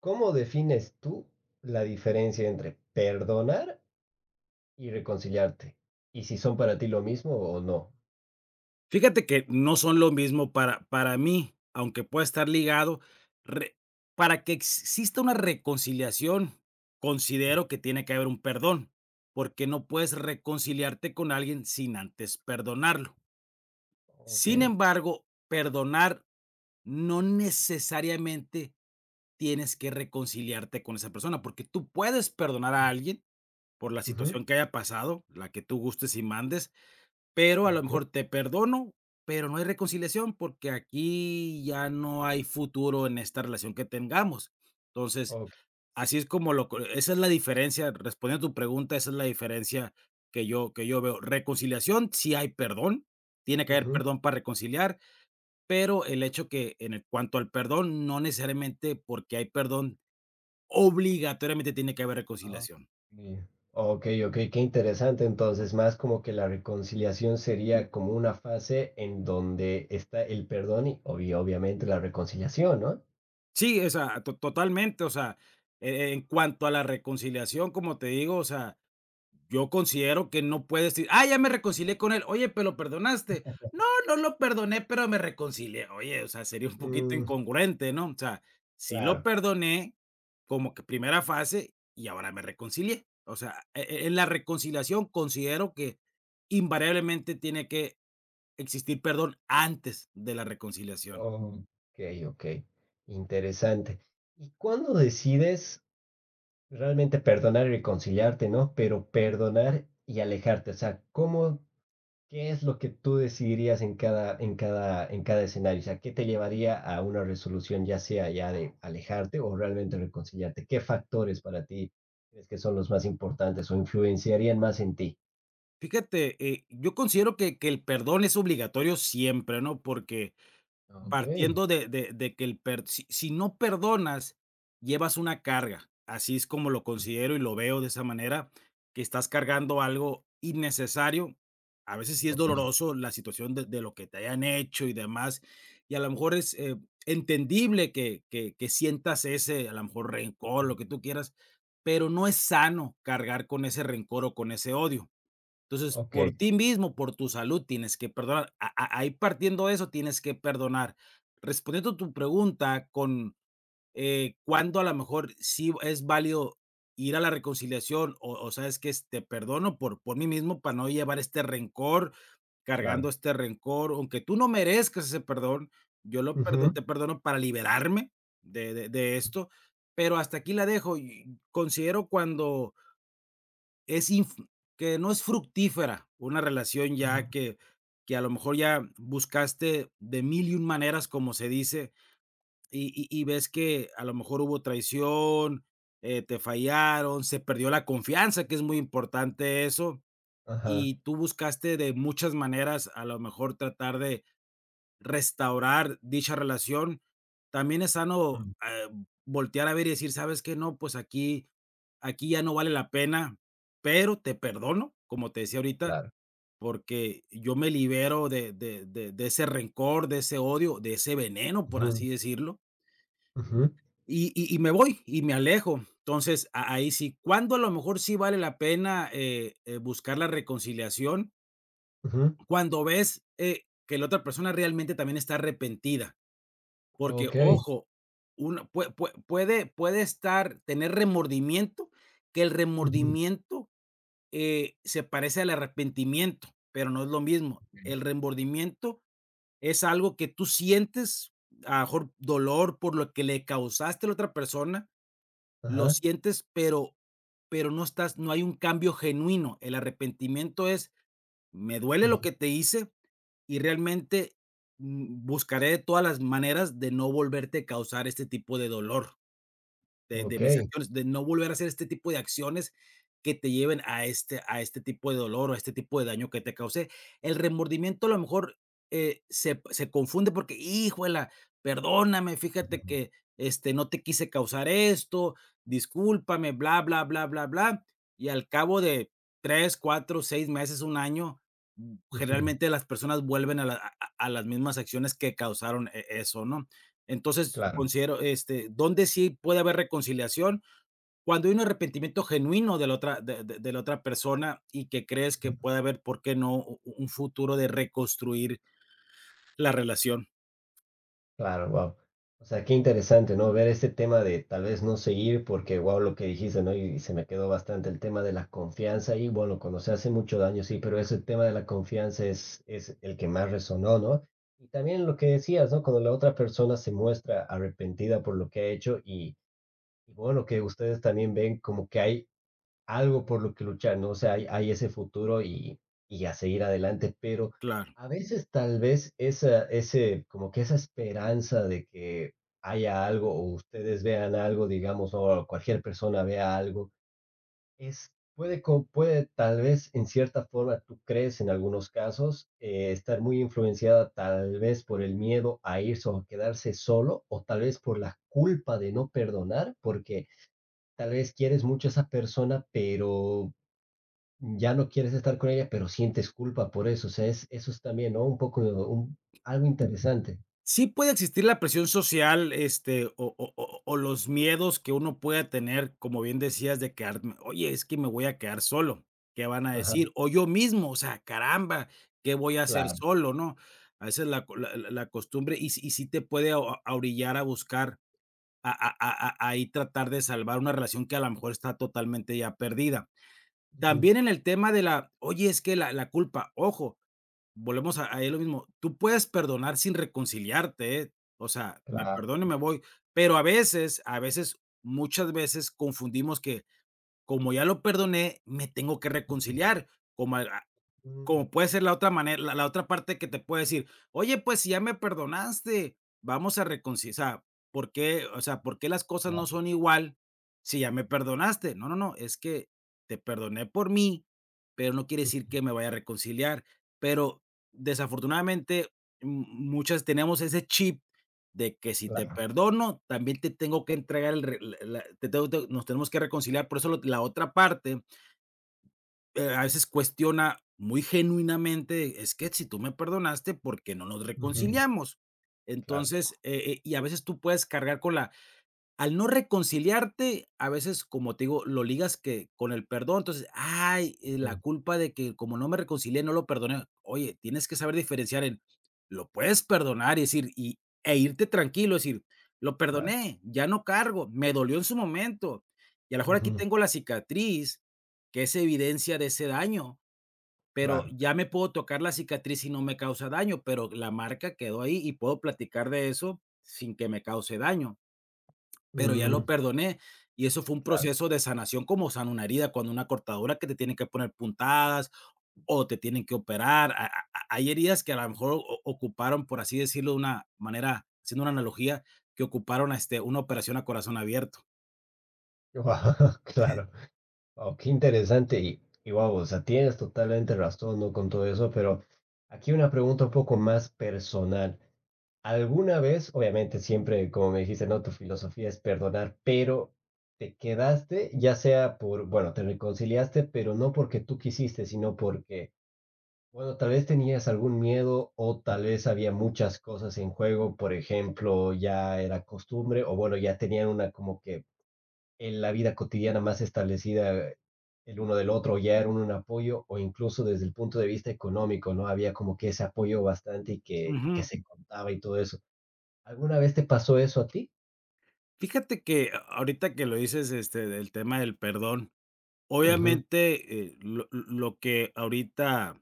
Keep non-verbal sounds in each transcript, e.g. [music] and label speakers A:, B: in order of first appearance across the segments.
A: ¿Cómo defines tú la diferencia entre perdonar y reconciliarte? ¿Y si son para ti lo mismo o no?
B: Fíjate que no son lo mismo para mí, aunque pueda estar ligado, re para que exista una reconciliación,
A: Mm,
B: considero que tiene que haber un perdón, porque no puedes reconciliarte con alguien sin antes perdonarlo. Sin
A: okey.
B: embargo, perdonar no necesariamente tienes que reconciliarte con esa persona, porque tú puedes perdonar a
A: Mm,
B: alguien por la
A: ujú,
B: situación que haya pasado, la que tú gustes y mandes, pero a lo
A: okey,
B: mejor te perdono, pero no hay reconciliación porque aquí ya no hay futuro en esta relación que tengamos. Entonces,
A: okey,
B: así es como lo co esa es la diferencia, respondiendo a tu pregunta, esa es la diferencia que yo veo. Reconciliación, si hay perdón, tiene que haber
A: ujú.
B: perdón para reconciliar, pero el hecho que en el cuanto al perdón, no necesariamente porque hay perdón, obligatoriamente tiene que haber
A: Ah,
B: reconciliación.
A: okey. Okey, okey, qué interesante. Entonces, más como que la reconciliación sería como una fase en donde está el perdón y obviamente la reconciliación, ¿no?
B: Sí, o sea, to totalmente, o sea, en cuanto a la reconciliación, como te digo, o sea, yo considero que no puedes decir: "Ah, ya me reconcilié con él. Oye, pero, ¿lo perdonaste?". "No, no lo perdoné, pero me reconcilié". Oye, o sea, sería un poquito
A: Mm,
B: incongruente, ¿no? O sea, sí lo
A: claro.
B: perdoné, como que primera fase, y ahora me reconcilié. O sea, en la reconciliación considero que invariablemente tiene que existir perdón antes de la reconciliación.
A: Okey, okey. Interesante. ¿Y cuándo decides realmente perdonar y reconciliarte, ¿no? Pero perdonar y alejarte, o sea, qué es lo que tú decidirías en cada escenario? O sea, ¿qué te llevaría a una resolución, ya sea ya de alejarte o realmente reconciliarte? ¿Qué factores para ti crees que son los más importantes o influenciarían más en ti?
B: Fíjate, yo considero que el perdón es obligatorio siempre, ¿no? Porque,
A: Ok.
B: partiendo de que el per si no perdonas, llevas una carga, así es como lo
A: Mm,
B: considero y lo veo de esa manera, que estás cargando algo innecesario. A veces sí es
A: ok,
B: doloroso la situación de lo que te hayan hecho y demás, y a lo mejor es, entendible que sientas ese, a lo mejor, rencor, lo
A: Mm.
B: que tú quieras, pero no es sano cargar con ese rencor o con ese odio. Entonces,
A: Ok,
B: por ti mismo, por tu salud, tienes que perdonar. A a ahí, partiendo de eso, tienes que perdonar. Respondiendo a tu pregunta, cuándo a lo mejor sí es válido ir a la reconciliación, o sabes que te perdono por mí mismo para no llevar este rencor, cargando
A: claro.
B: este rencor, aunque tú no merezcas ese perdón, yo lo perdo
A: Ujú,
B: te perdono para liberarme de esto, pero hasta aquí la dejo y considero cuando es inf que no es fructífera una relación, ya
A: Mm.
B: que a lo mejor ya buscaste de mil y un maneras, como se dice, y ves que a lo mejor hubo traición, te fallaron, se perdió la confianza, que es muy importante eso,
A: Ajá,
B: y tú buscaste de muchas maneras, a lo mejor tratar de restaurar dicha relación. También es sano,
A: Mm,
B: voltear a ver y decir: "¿Sabes qué? No, pues aquí ya no vale la pena, pero te perdono", como te decía ahorita,
A: claro.
B: porque yo me libero de ese rencor, de ese odio, de ese veneno, por
A: Ujú,
B: así decirlo,
A: ujú,
B: y me voy, y me alejo. Entonces, a ahí sí, cuando a lo mejor sí vale la pena, buscar la reconciliación.
A: ujú,
B: Cuando ves, que la otra persona realmente también está arrepentida. Porque,
A: Ok,
B: ojo, una puede estar tener remordimiento, que el
A: ujú,
B: remordimiento, se parece al arrepentimiento, pero no es lo mismo. El remordimiento es algo que tú sientes, a lo mejor dolor por lo que le causaste a la otra persona, lo
A: Ajá,
B: sientes, pero no hay un cambio genuino. El arrepentimiento es: me duele lo
A: ujú,
B: que te hice y realmente, buscaré todas las maneras de no volverte a causar este tipo de dolor. De mis
A: ok.
B: acciones, de no volver a hacer este tipo de acciones que te lleven a este tipo de dolor o a este tipo de daño que te causé. El remordimiento, a lo mejor, se confunde porque: "Híjuela, perdóname, fíjate que, este, no te quise causar esto, discúlpame, bla, bla, bla, bla, bla", y al cabo de 3 4 6 meses, un año,
A: Ujú.
B: generalmente las personas vuelven a la a las mismas acciones que causaron eso, ¿no? Entonces,
A: Claro,
B: considero, este, ¿dónde sí puede haber reconciliación? Cuando hay un arrepentimiento genuino de la otra persona y que crees que puede haber, ¿por qué no, un futuro de reconstruir la relación?
A: claro, wow. O sea, qué interesante, ¿no? Ver este tema de tal vez no seguir, porque wow, lo que dijiste, ¿no? Y se me quedó bastante el tema de la confianza y bueno, cuando se hace mucho daño, sí, pero ese tema de la confianza es el que más resonó, ¿no? Y también lo que decías, ¿no? Cuando la otra persona se muestra arrepentida por lo que ha hecho y bueno, que ustedes también ven como que hay algo por lo que luchar, ¿no? O sea, hay ese futuro y a seguir adelante, pero
B: Claro.
A: a veces tal vez esa, ese, como que esa esperanza de que haya algo o ustedes vean algo, digamos, o cualquier persona vea algo, es, puede, puede tal vez en cierta forma, tú crees en algunos casos, estar muy influenciada tal vez por el miedo a irse o a quedarse solo, o tal vez por la culpa de no perdonar, porque tal vez quieres mucho a esa persona, pero ya no quieres estar con ella, pero sientes culpa por eso. O sea, es, eso es también, ¿no? Un poco, un, algo interesante.
B: Sí puede existir la presión social, este, o los miedos que uno pueda tener, como bien decías, de quedarme, oye, es que me voy a quedar solo, ¿qué van a
A: Ajá,
B: decir? O yo mismo, o sea, caramba, ¿qué voy a hacer
A: claro.
B: solo?, ¿no? A veces la co la la la costumbre y sí te puede a orillar a buscar, a ahí tratar de salvar una relación que a lo mejor está totalmente ya perdida.
A: Ujú,
B: También en el tema de la oye, es que la culpa, ojo. Volvemos a ahí lo mismo. Tú puedes perdonar sin reconciliarte, ¿eh? O sea, me
A: claro.
B: perdono y me voy, pero a veces, muchas veces confundimos que como ya lo perdoné, me tengo que
A: Ujú,
B: reconciliar, como a
A: mm,
B: como puede ser la otra manera, la otra parte que te puede decir: "Oye, pues, si ya me perdonaste, vamos a reconcil". ¿Por qué? O sea, ¿por qué las cosas no
A: claro.
B: son igual si ya me perdonaste? No, no, no, es que te perdoné por mí, pero no quiere decir que me vaya a reconciliar. Pero desafortunadamente, mu muchas tenemos ese chip de que si te perdono, también te tengo que entregar el re la la te tengo te nos tenemos que reconciliar. Por eso, lo la otra parte, a veces cuestiona muy genuinamente: es que si tú me perdonaste, ¿por qué no nos
A: Ujú,
B: reconciliamos?
A: claro.
B: Entonces, y a veces tú puedes cargar con la al no reconciliarte, a veces, como te digo, lo ligas que con el perdón, entonces, ay, la
A: Ujú,
B: culpa de que como no me reconcilié, no lo perdoné. Oye, tienes que saber diferenciar en lo puedes perdonar y decir, e irte tranquilo, decir: lo
A: claro.
B: perdoné, ya no cargo, me dolió en su momento. Y a lo
A: Ujú,
B: mejor
A: claro.
B: aquí
A: Ujú,
B: tengo la cicatriz, que es evidencia de ese daño, pero
A: claro.
B: ya me puedo tocar la cicatriz y no me causa daño, pero la marca quedó ahí y puedo platicar de eso sin que me cause daño, pero ya
A: Mm,
B: lo perdoné. Y eso fue un
A: claro.
B: proceso de sanación, como sana una herida, cuando una cortadura que te tienen que poner puntadas o te tienen que operar. Ha ha ha hay heridas que a lo mejor o ocuparon, por así decirlo, de una manera, haciendo una analogía, que ocuparon, este, una operación a corazón abierto.
A: Guau, [laughs] claro. Wao, qué interesante. Y wow, o sea, tienes totalmente razón, ¿no? Con todo eso, pero aquí una pregunta un poco más personal. ¿Alguna vez, obviamente siempre, como me dijiste, no, tu filosofía es perdonar, pero te quedaste, ya sea por, bueno, te reconciliaste, pero no porque tú quisiste, sino porque, bueno, tal vez tenías algún miedo o tal vez había muchas cosas en juego, por ejemplo, ya era costumbre o bueno, ya tenían una como que en la vida cotidiana más establecida, el uno del otro, ya era un apoyo o incluso desde el punto de vista económico, ¿no? Había como que ese apoyo bastante y que
B: Ujú.
A: se contaba y todo eso. ¿Alguna vez te pasó eso a ti?
B: Fíjate que ahorita que lo dices, este, del tema del perdón,
A: Ujú,
B: obviamente, lo que ahorita,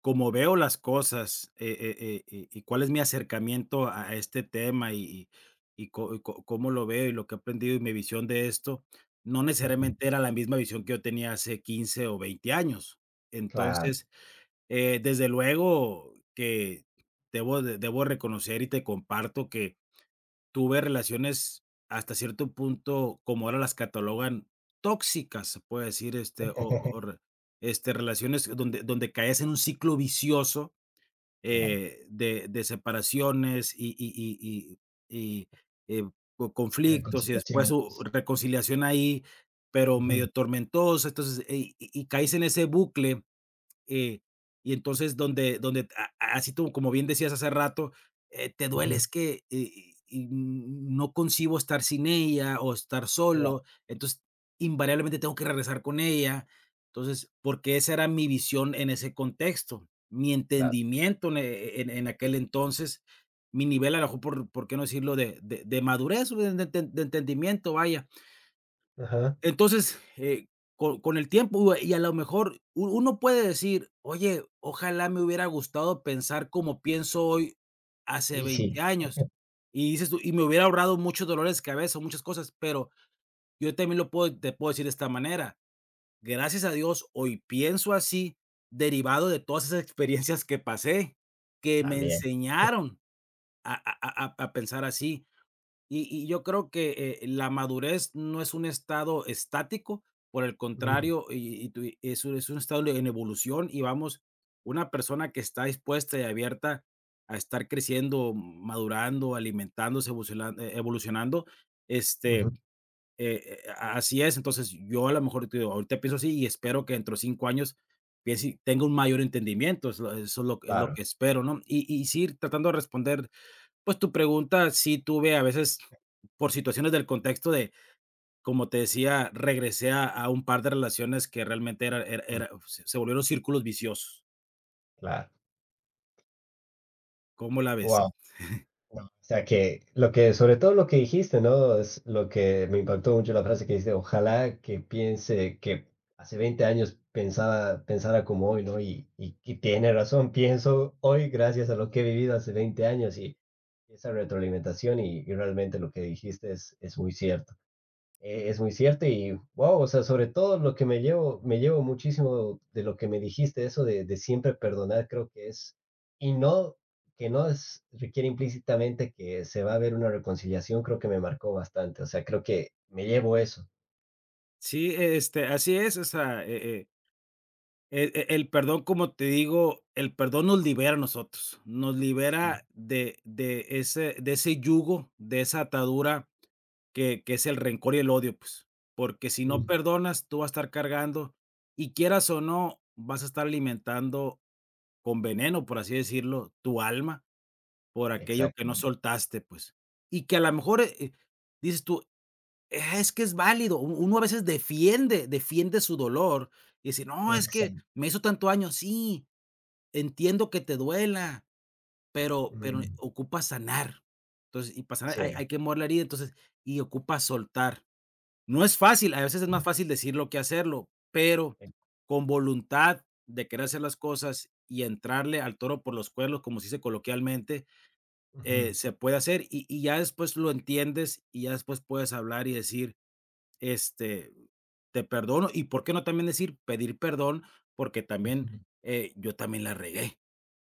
B: como veo las cosas, y cuál es mi acercamiento a este tema y co cómo lo veo y lo que he aprendido y mi visión de esto, no
A: ujú.
B: necesariamente era la misma visión que yo tenía hace 15 o 20 años.
A: Claro,
B: Entonces, desde luego que debo reconocer y te comparto que tuve relaciones hasta cierto punto, como ahora las catalogan, tóxicas, se puede decir, este, o
A: [laughs]
B: re este, relaciones donde caes en un ciclo vicioso,
A: claro.
B: de, separaciones y, y- y, eh, conflictos y después su
A: Reconciliaciones.
B: reconciliación ahí, pero
A: Ujú,
B: medio tormentosa. Entonces, y caíste en ese bucle, eh, y entonces donde así tú, como bien decías hace rato, te duele,
A: ujú.
B: es que, y no concibo estar sin ella o estar
A: Claro,
B: solo, entonces invariablemente tengo que regresar con ella. Entonces, porque esa era mi visión en ese contexto, mi
A: claro.
B: entendimiento en e en en aquel entonces, mi nivel, a lo mejor, por qué no decirlo, de madurez, o de entendimiento, vaya.
A: Ajá.
B: Entonces, con el tiempo y a lo mejor u uno puede decir: "Oye, ojalá me hubiera gustado pensar como pienso hoy hace
A: Y sí,
B: 20 años", y dices tú: "Y me hubiera ahorrado muchos dolores de cabeza, muchas cosas", pero yo también lo puedo te puedo decir de esta manera: "Gracias a Dios, hoy pienso así, derivado de todas esas experiencias que pasé, que me
A: también.
B: enseñaron a pensar así". Y yo creo que, la madurez no es un estado estático, por el
A: Mm,
B: contrario, y tu es un estado en evolución, y vamos, una persona que está dispuesta y abierta a estar creciendo, madurando, alimentándose, evolucionando, este,
A: ujú.
B: a así es. Entonces, yo a lo mejor, te digo, ahorita pienso así y espero que dentro de 5 años piense tenga un mayor entendimiento, es lo eso es lo
A: Claro,
B: que espero, ¿no? Y sí, tratando de responder pues tu pregunta, sí tuve a veces, por situaciones del contexto, de, como te decía, regresé a un par de relaciones que realmente era, era-
A: Mm,
B: era- se se volvieron círculos viciosos.
A: claro.
B: ¿Cómo la ves?
A: Wow. No, o sea que lo que, sobre todo lo que dijiste, ¿no? Es lo que me impactó mucho la frase que dijiste, ojalá que piense que hace 20 años pensaba, pensara como hoy, ¿no? Y tiene razón, pienso hoy gracias a lo que he vivido hace 20 años y esa retroalimentación y realmente lo que dijiste es muy cierto. Es muy cierto y wow, o sea, sobre todo lo que me llevo, muchísimo de lo que me dijiste, eso de siempre perdonar, creo que es, y no, que no es, requiere implícitamente que se va a ver una reconciliación, creo que me marcó bastante, o sea, creo que me llevo eso.
B: Sí, este, así es. O sea, el perdón, como te digo, el perdón nos libera a nosotros, nos
A: Mm,
B: libera de ese yugo, de esa atadura que es el rencor y el odio, pues, porque si no
A: mm,
B: perdonas, tú vas a estar cargando y, quieras o no, vas a estar alimentando con veneno, por así decirlo, tu alma, por aquello que no
A: exactamente.
B: soltaste, pues, y que a lo mejor, dices tú: "Ah, es que es válido", u uno a veces defiende su dolor, y dice: "No, es que
A: Exacto.
B: me hizo tanto daño". Sí, entiendo que te duela, pero
A: Mm,
B: ocupa sanar. Entonces, y para sanar hay
A: sí.
B: hay que mover la herida, entonces, y ocupa soltar. No es fácil, a veces es más
A: Mm,
B: fácil decirlo que hacerlo, pero
A: eh,
B: con voluntad de querer hacer las cosas y entrarle al toro por los cuernos, como se dice coloquialmente,
A: ujú,
B: se puede hacer, y ya después lo entiendes, y ya después puedes hablar y decir, este, te perdono. Y por qué no también decir, pedir perdón, porque también,
A: ujú,
B: yo también la regué.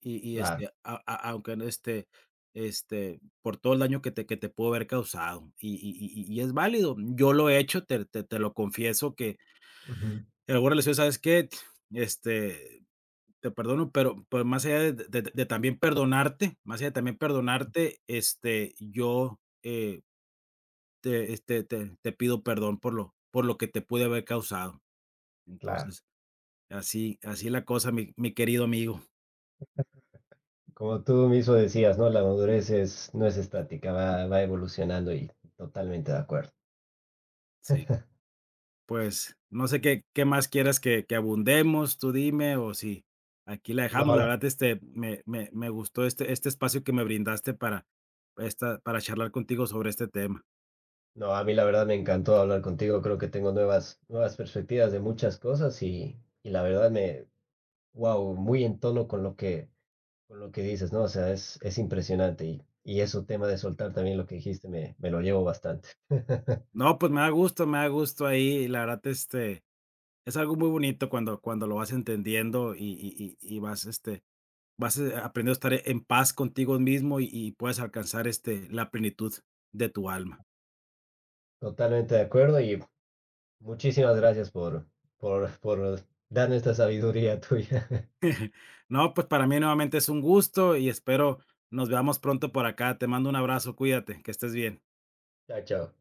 B: Y,
A: claro.
B: este, a aunque no, este, por todo el daño que te puedo haber causado. Y es válido. Yo lo he hecho, te lo confieso que
A: Ujú,
B: en alguna relación, ¿sabes qué? Este, te perdono, pero más allá de, también perdonarte, más allá de también perdonarte, este, yo, te este, te pido perdón por lo que te pude haber causado.
A: claro.
B: Entonces, así así la cosa, mi querido amigo.
A: Como tú mismo decías, ¿no? La madurez es, no es estática, va evolucionando y totalmente de acuerdo.
B: Sí, pues, no sé qué más quieras que abundemos, tú dime, o si aquí la dejamos.
A: No,
B: La verdad, este, me gustó este espacio que me brindaste para esta para charlar contigo sobre este tema.
A: no, a mí la verdad me encantó hablar contigo. Creo que tengo nuevas, perspectivas de muchas cosas y la verdad wow, muy en tono con lo que dices, ¿no? O sea, es impresionante y eso tema de soltar también lo que dijiste me lo llevo bastante. [laughs]
B: No, pues, me da gusto ahí, la verdad, este, es algo muy bonito cuando lo vas entendiendo y vas, este, aprendiendo a estar en paz contigo mismo y puedes alcanzar, este, la plenitud de tu alma.
A: Totalmente de acuerdo y muchísimas gracias por, por, por darme esta sabiduría tuya. [laughs]
B: No, pues para mí nuevamente es un gusto y espero nos veamos pronto por acá. Te mando un abrazo, cuídate, que estés bien.
A: Chao, chao.